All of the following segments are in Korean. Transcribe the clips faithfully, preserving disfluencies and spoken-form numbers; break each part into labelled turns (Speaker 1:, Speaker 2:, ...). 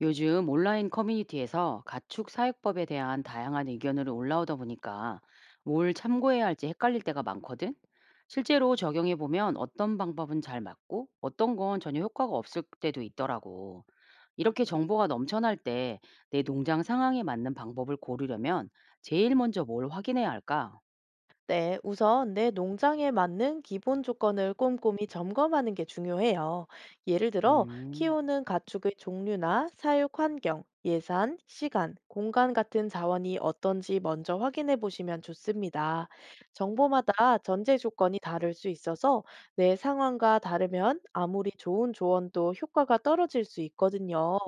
Speaker 1: 요즘 온라인 커뮤니티에서 가축 사육법에 대한 다양한 의견으로 올라오다 보니까 뭘 참고해야 할지 헷갈릴 때가 많거든? 실제로 적용해 보면 어떤 방법은 잘 맞고 어떤 건 전혀 효과가 없을 때도 있더라고. 이렇게 정보가 넘쳐날 때 내 농장 상황에 맞는 방법을 고르려면 제일 먼저 뭘 확인해야 할까?
Speaker 2: 네, 우선 내 농장에 맞는 기본 조건을 꼼꼼히 점검하는 게 중요해요. 예를 들어,
Speaker 1: 음,
Speaker 2: 키우는 가축의 종류나 사육 환경, 예산, 시간, 공간 같은 자원이 어떤지 먼저 확인해 보시면 좋습니다. 정보마다 전제 조건이 다를 수 있어서 내 상황과 다르면 아무리 좋은 조언도 효과가 떨어질 수 있거든요.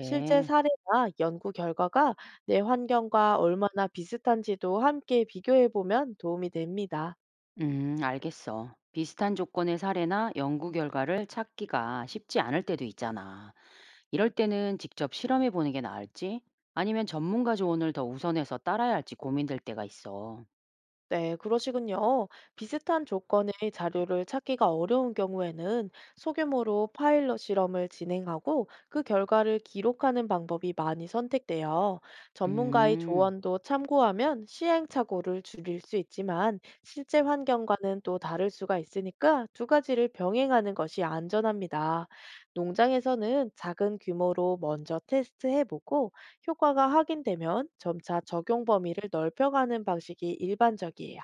Speaker 2: 실제 사례나 연구 결과가 내 환경과 얼마나 비슷한지도 함께 비교해 보면 도움이 됩니다.
Speaker 1: 음, 알겠어. 비슷한 조건의 사례나 연구 결과를 찾기가 쉽지 않을 때도 있잖아. 이럴 때는 직접 실험해 보는 게 나을지 아니면 전문가 조언을 더 우선해서 따라야 할지 고민될 때가 있어.
Speaker 2: 네, 그러시군요. 비슷한 조건의 자료를 찾기가 어려운 경우에는 소규모로 파일럿 실험을 진행하고 그 결과를 기록하는 방법이 많이 선택돼요. 전문가의
Speaker 1: 음,
Speaker 2: 조언도 참고하면 시행착오를 줄일 수 있지만 실제 환경과는 또 다를 수가 있으니까 두 가지를 병행하는 것이 안전합니다. 농장에서는 작은 규모로 먼저 테스트해보고 효과가 확인되면 점차 적용 범위를 넓혀가는 방식이 일반적이에요.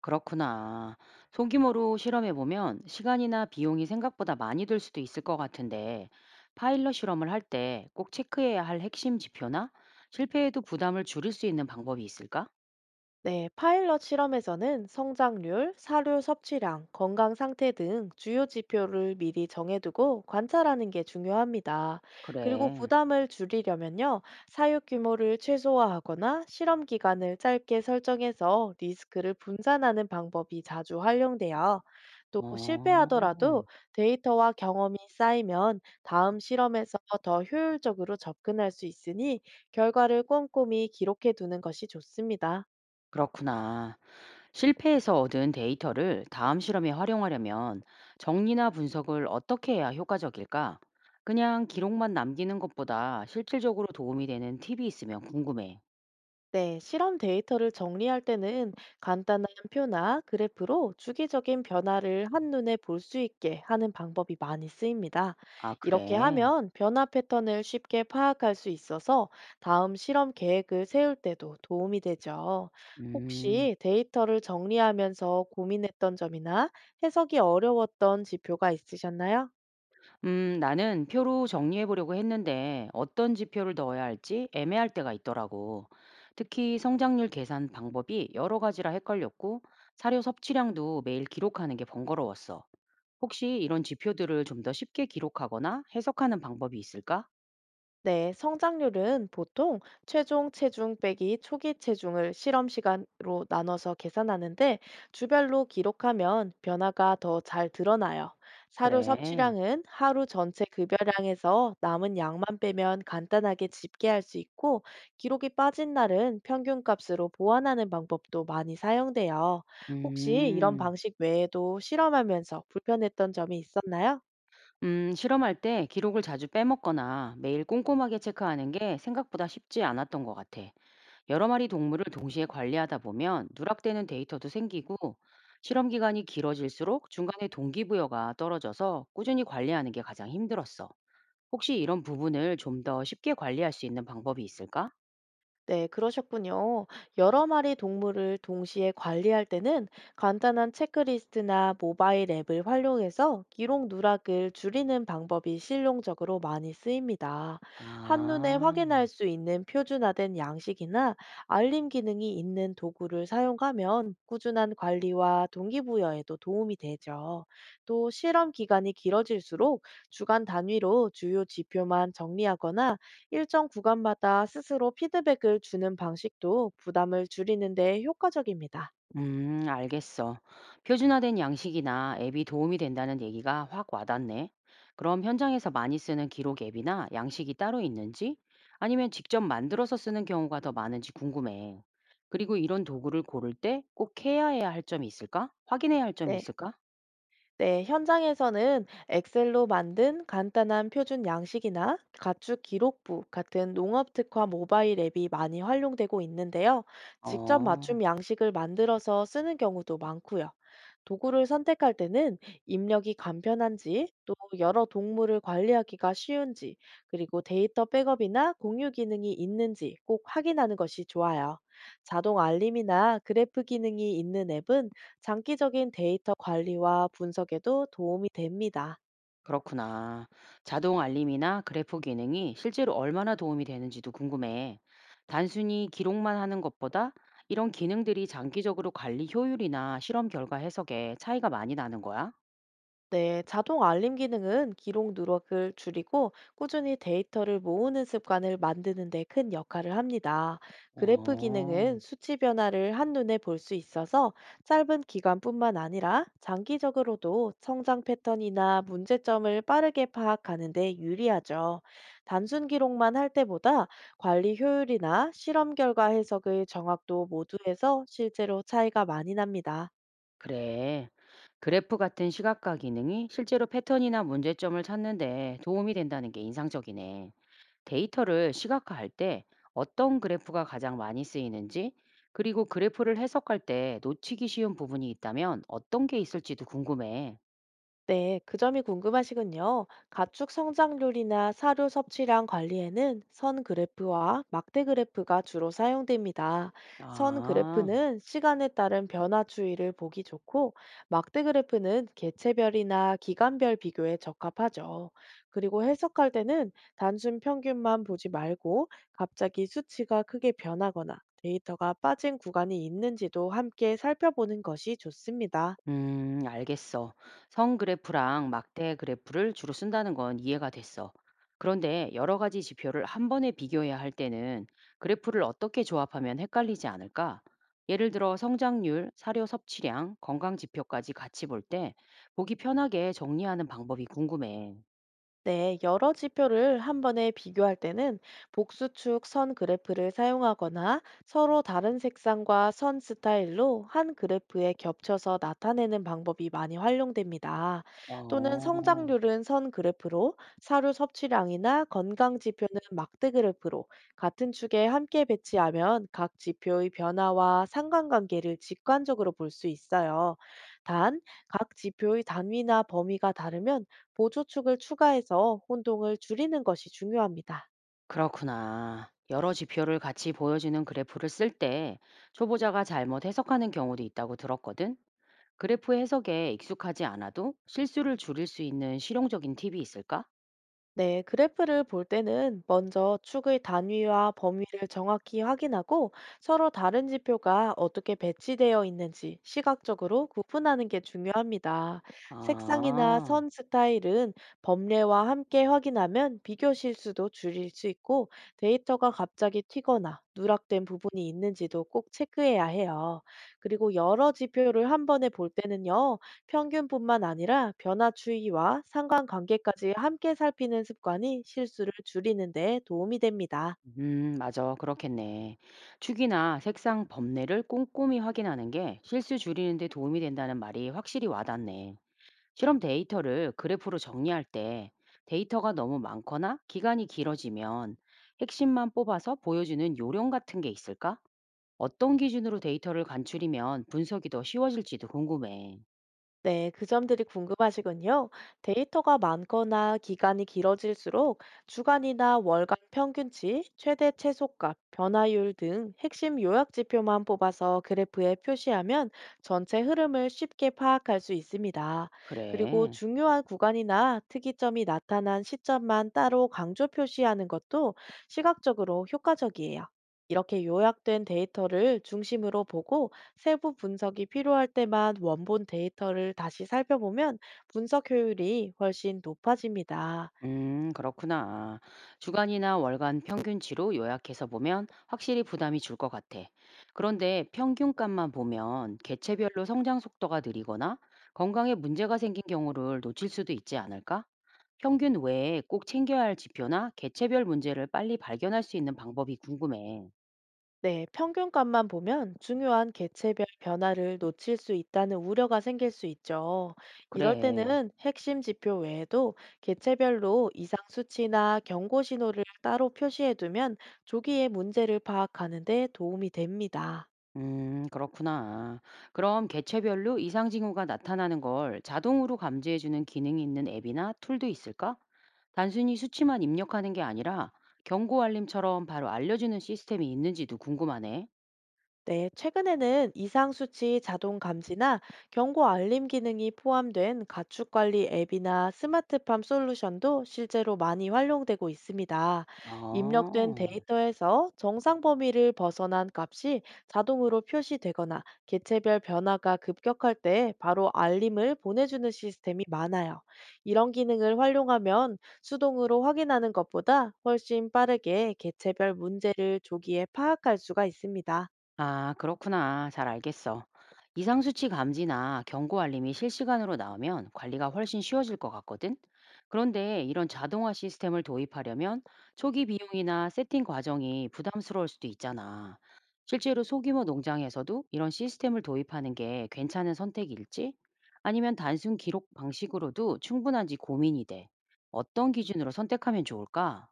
Speaker 1: 그렇구나. 소규모로 실험해 보면 시간이나 비용이 생각보다 많이 들 수도 있을 것 같은데 파일럿 실험을 할 때 꼭 체크해야 할 핵심 지표나 실패에도 부담을 줄일 수 있는 방법이 있을까?
Speaker 2: 네, 파일럿 실험에서는 성장률, 사료 섭취량, 건강 상태 등 주요 지표를 미리 정해두고 관찰하는 게 중요합니다. 그리고
Speaker 1: 그래.
Speaker 2: 부담을 줄이려면요, 사육 규모를 최소화하거나 실험 기간을 짧게 설정해서 리스크를 분산하는 방법이 자주 활용돼요. 또
Speaker 1: 어,
Speaker 2: 실패하더라도 데이터와 경험이 쌓이면 다음 실험에서 더 효율적으로 접근할 수 있으니 결과를 꼼꼼히 기록해 두는 것이 좋습니다.
Speaker 1: 그렇구나. 실패에서 얻은 데이터를 다음 실험에 활용하려면 정리나 분석을 어떻게 해야 효과적일까? 그냥 기록만 남기는 것보다 실질적으로 도움이 되는 팁이 있으면 궁금해.
Speaker 2: 네, 실험 데이터를 정리할 때는 간단한 표나 그래프로 주기적인 변화를 한눈에 볼 수 있게 하는 방법이 많이 쓰입니다.
Speaker 1: 아,
Speaker 2: 이렇게
Speaker 1: 그래.
Speaker 2: 하면 변화 패턴을 쉽게 파악할 수 있어서 다음 실험 계획을 세울 때도 도움이 되죠.
Speaker 1: 음,
Speaker 2: 혹시 데이터를 정리하면서 고민했던 점이나 해석이 어려웠던 지표가 있으셨나요?
Speaker 1: 음, 나는 표로 정리해 보려고 했는데 어떤 지표를 넣어야 할지 애매할 때가 있더라고. 특히 성장률 계산 방법이 여러 가지라 헷갈렸고 사료 섭취량도 매일 기록하는 게 번거로웠어. 혹시 이런 지표들을 좀 더 쉽게 기록하거나 해석하는 방법이 있을까?
Speaker 2: 네, 성장률은 보통 최종 체중 빼기 초기 체중을 실험 시간으로 나눠서 계산하는데 주별로 기록하면 변화가 더 잘 드러나요. 사료
Speaker 1: 그래.
Speaker 2: 섭취량은 하루 전체 급여량에서 남은 양만 빼면 간단하게 집계할 수 있고 기록이 빠진 날은 평균값으로 보완하는 방법도 많이 사용돼요. 혹시 이런
Speaker 1: 음.
Speaker 2: 방식 외에도 실험하면서 불편했던 점이 있었나요?
Speaker 1: 음, 실험할 때 기록을 자주 빼먹거나 매일 꼼꼼하게 체크하는 게 생각보다 쉽지 않았던 것 같아. 여러 마리 동물을 동시에 관리하다 보면 누락되는 데이터도 생기고 실험 기간이 길어질수록 중간에 동기부여가 떨어져서 꾸준히 관리하는 게 가장 힘들었어. 혹시 이런 부분을 좀 더 쉽게 관리할 수 있는 방법이 있을까?
Speaker 2: 네, 그러셨군요. 여러 마리 동물을 동시에 관리할 때는 간단한 체크리스트나 모바일 앱을 활용해서 기록 누락을 줄이는 방법이 실용적으로 많이 쓰입니다. 한눈에
Speaker 1: 아.
Speaker 2: 확인할 수 있는 표준화된 양식이나 알림 기능이 있는 도구를 사용하면 꾸준한 관리와 동기부여에도 도움이 되죠. 또 실험 기간이 길어질수록 주간 단위로 주요 지표만 정리하거나 일정 구간마다 스스로 피드백을 주는 방식도 부담을 줄이는 데 효과적입니다.
Speaker 1: 음, 알겠어. 표준화된 양식이나 앱이 도움이 된다는 얘기가 확 와닿네. 그럼 현장에서 많이 쓰는 기록 앱이나 양식이 따로 있는지, 아니면 직접 만들어서 쓰는 경우가 더 많은지 궁금해. 그리고 이런 도구를 고를 때 꼭 해야 해야 할 점이 있을까? 확인해야 할 점이
Speaker 2: 네.
Speaker 1: 있을까?
Speaker 2: 네, 현장에서는 엑셀로 만든 간단한 표준 양식이나 가축 기록부 같은 농업 특화 모바일 앱이 많이 활용되고 있는데요. 직접
Speaker 1: 어.
Speaker 2: 맞춤 양식을 만들어서 쓰는 경우도 많고요. 도구를 선택할 때는 입력이 간편한지, 또 여러 동물을 관리하기가 쉬운지, 그리고 데이터 백업이나 공유 기능이 있는지 꼭 확인하는 것이 좋아요. 자동 알림이나 그래프 기능이 있는 앱은 장기적인 데이터 관리와 분석에도 도움이 됩니다.
Speaker 1: 그렇구나. 자동 알림이나 그래프 기능이 실제로 얼마나 도움이 되는지도 궁금해. 단순히 기록만 하는 것보다 이런 기능들이 장기적으로 관리 효율이나 실험 결과 해석에 차이가 많이 나는 거야?
Speaker 2: 네, 자동 알림 기능은 기록 누락을 줄이고 꾸준히 데이터를 모으는 습관을 만드는 데 큰 역할을 합니다. 그래프
Speaker 1: 어,
Speaker 2: 기능은 수치 변화를 한눈에 볼 수 있어서 짧은 기간뿐만 아니라 장기적으로도 성장 패턴이나 문제점을 빠르게 파악하는 데 유리하죠. 단순 기록만 할 때보다 관리 효율이나 실험 결과 해석의 정확도 모두에서 실제로 차이가 많이 납니다.
Speaker 1: 그래. 그래프 같은 시각화 기능이 실제로 패턴이나 문제점을 찾는 데 도움이 된다는 게 인상적이네. 데이터를 시각화할 때 어떤 그래프가 가장 많이 쓰이는지, 그리고 그래프를 해석할 때 놓치기 쉬운 부분이 있다면 어떤 게 있을지도 궁금해.
Speaker 2: 네, 그 점이 궁금하시군요. 가축 성장률이나 사료 섭취량 관리에는 선 그래프와 막대 그래프가 주로 사용됩니다. 선
Speaker 1: 아,
Speaker 2: 그래프는 시간에 따른 변화 추이를 보기 좋고, 막대 그래프는 개체별이나 기간별 비교에 적합하죠. 그리고 해석할 때는 단순 평균만 보지 말고, 갑자기 수치가 크게 변하거나 데이터가 빠진 구간이 있는지도 함께 살펴보는 것이 좋습니다.
Speaker 1: 음, 알겠어. 선 그래프랑 막대 그래프를 주로 쓴다는 건 이해가 됐어. 그런데 여러 가지 지표를 한 번에 비교해야 할 때는 그래프를 어떻게 조합하면 헷갈리지 않을까? 예를 들어 성장률, 사료 섭취량, 건강 지표까지 같이 볼 때 보기 편하게 정리하는 방법이 궁금해.
Speaker 2: 네, 여러 지표를 한 번에 비교할 때는 복수축 선 그래프를 사용하거나 서로 다른 색상과 선 스타일로 한 그래프에 겹쳐서 나타내는 방법이 많이 활용됩니다. 또는
Speaker 1: 어.
Speaker 2: 성장률은 선 그래프로, 사료 섭취량이나 건강 지표는 막대 그래프로 같은 축에 함께 배치하면 각 지표의 변화와 상관관계를 직관적으로 볼 수 있어요. 단, 각 지표의 단위나 범위가 다르면 보조축을 추가해서 혼동을 줄이는 것이 중요합니다.
Speaker 1: 그렇구나. 여러 지표를 같이 보여주는 그래프를 쓸 때 초보자가 잘못 해석하는 경우도 있다고 들었거든. 그래프 해석에 익숙하지 않아도 실수를 줄일 수 있는 실용적인 팁이 있을까?
Speaker 2: 네, 그래프를 볼 때는 먼저 축의 단위와 범위를 정확히 확인하고 서로 다른 지표가 어떻게 배치되어 있는지 시각적으로 구분하는 게 중요합니다. 색상이나
Speaker 1: 아,
Speaker 2: 선 스타일은 범례와 함께 확인하면 비교 실수도 줄일 수 있고 데이터가 갑자기 튀거나 누락된 부분이 있는지도 꼭 체크해야 해요. 그리고 여러 지표를 한 번에 볼 때는요. 평균뿐만 아니라 변화추이와 상관관계까지 함께 살피는 습관이 실수를 줄이는 데 도움이 됩니다.
Speaker 1: 음, 맞아. 그렇겠네. 축이나 색상 범례를 꼼꼼히 확인하는 게 실수 줄이는 데 도움이 된다는 말이 확실히 와닿네. 실험 데이터를 그래프로 정리할 때 데이터가 너무 많거나 기간이 길어지면 핵심만 뽑아서 보여주는 요령 같은 게 있을까? 어떤 기준으로 데이터를 간추리면 분석이 더 쉬워질지도 궁금해.
Speaker 2: 네, 그 점들이 궁금하시군요. 데이터가 많거나 기간이 길어질수록 주간이나 월간 평균치, 최대 최소값, 변화율 등 핵심 요약 지표만 뽑아서 그래프에 표시하면 전체 흐름을 쉽게 파악할 수 있습니다. 그리고
Speaker 1: 그래.
Speaker 2: 중요한 구간이나 특이점이 나타난 시점만 따로 강조 표시하는 것도 시각적으로 효과적이에요. 이렇게 요약된 데이터를 중심으로 보고 세부 분석이 필요할 때만 원본 데이터를 다시 살펴보면 분석 효율이 훨씬 높아집니다.
Speaker 1: 음, 그렇구나. 주간이나 월간 평균치로 요약해서 보면 확실히 부담이 줄 것 같아. 그런데 평균값만 보면 개체별로 성장 속도가 느리거나 건강에 문제가 생긴 경우를 놓칠 수도 있지 않을까? 평균 외에 꼭 챙겨야 할 지표나 개체별 문제를 빨리 발견할 수 있는 방법이 궁금해.
Speaker 2: 네, 평균값만 보면 중요한 개체별 변화를 놓칠 수 있다는 우려가 생길 수 있죠. 이럴
Speaker 1: 그래.
Speaker 2: 때는 핵심 지표 외에도 개체별로 이상 수치나 경고 신호를 따로 표시해 두면 조기에 문제를 파악하는 데 도움이 됩니다.
Speaker 1: 음, 그렇구나. 그럼 개체별로 이상 징후가 나타나는 걸 자동으로 감지해 주는 기능이 있는 앱이나 툴도 있을까? 단순히 수치만 입력하는 게 아니라 경고 알림처럼 바로 알려주는 시스템이 있는지도 궁금하네.
Speaker 2: 네, 최근에는 이상 수치 자동 감지나 경고 알림 기능이 포함된 가축 관리 앱이나 스마트팜 솔루션도 실제로 많이 활용되고 있습니다. 입력된
Speaker 1: 어.
Speaker 2: 데이터에서 정상 범위를 벗어난 값이 자동으로 표시되거나 개체별 변화가 급격할 때 바로 알림을 보내주는 시스템이 많아요. 이런 기능을 활용하면 수동으로 확인하는 것보다 훨씬 빠르게 개체별 문제를 조기에 파악할 수가 있습니다.
Speaker 1: 아, 그렇구나. 잘 알겠어. 이상 수치 감지나 경고 알림이 실시간으로 나오면 관리가 훨씬 쉬워질 것 같거든. 그런데 이런 자동화 시스템을 도입하려면 초기 비용이나 세팅 과정이 부담스러울 수도 있잖아. 실제로 소규모 농장에서도 이런 시스템을 도입하는 게 괜찮은 선택일지? 아니면 단순 기록 방식으로도 충분한지 고민이 돼. 어떤 기준으로 선택하면 좋을까?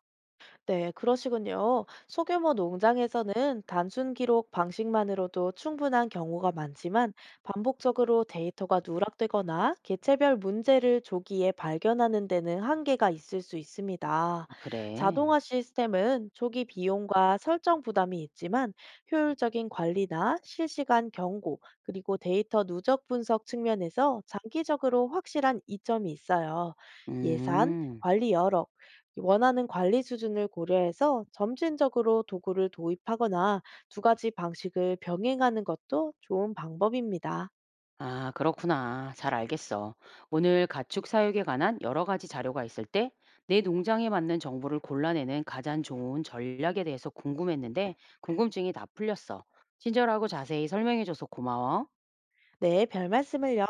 Speaker 2: 네, 그러시군요. 소규모 농장에서는 단순 기록 방식만으로도 충분한 경우가 많지만 반복적으로 데이터가 누락되거나 개체별 문제를 조기에 발견하는 데는 한계가 있을 수 있습니다.
Speaker 1: 아, 그래.
Speaker 2: 자동화 시스템은 조기 비용과 설정 부담이 있지만 효율적인 관리나 실시간 경고, 그리고 데이터 누적 분석 측면에서 장기적으로 확실한 이점이 있어요. 예산,
Speaker 1: 음.
Speaker 2: 관리 여력, 원하는 관리 수준을 고려해서 점진적으로 도구를 도입하거나 두 가지 방식을 병행하는 것도 좋은 방법입니다.
Speaker 1: 아, 그렇구나. 잘 알겠어. 오늘 가축 사육에 관한 여러 가지 자료가 있을 때 내 농장에 맞는 정보를 골라내는 가장 좋은 전략에 대해서 궁금했는데 궁금증이 다 풀렸어. 친절하고 자세히 설명해줘서 고마워.
Speaker 2: 네, 별 말씀을요.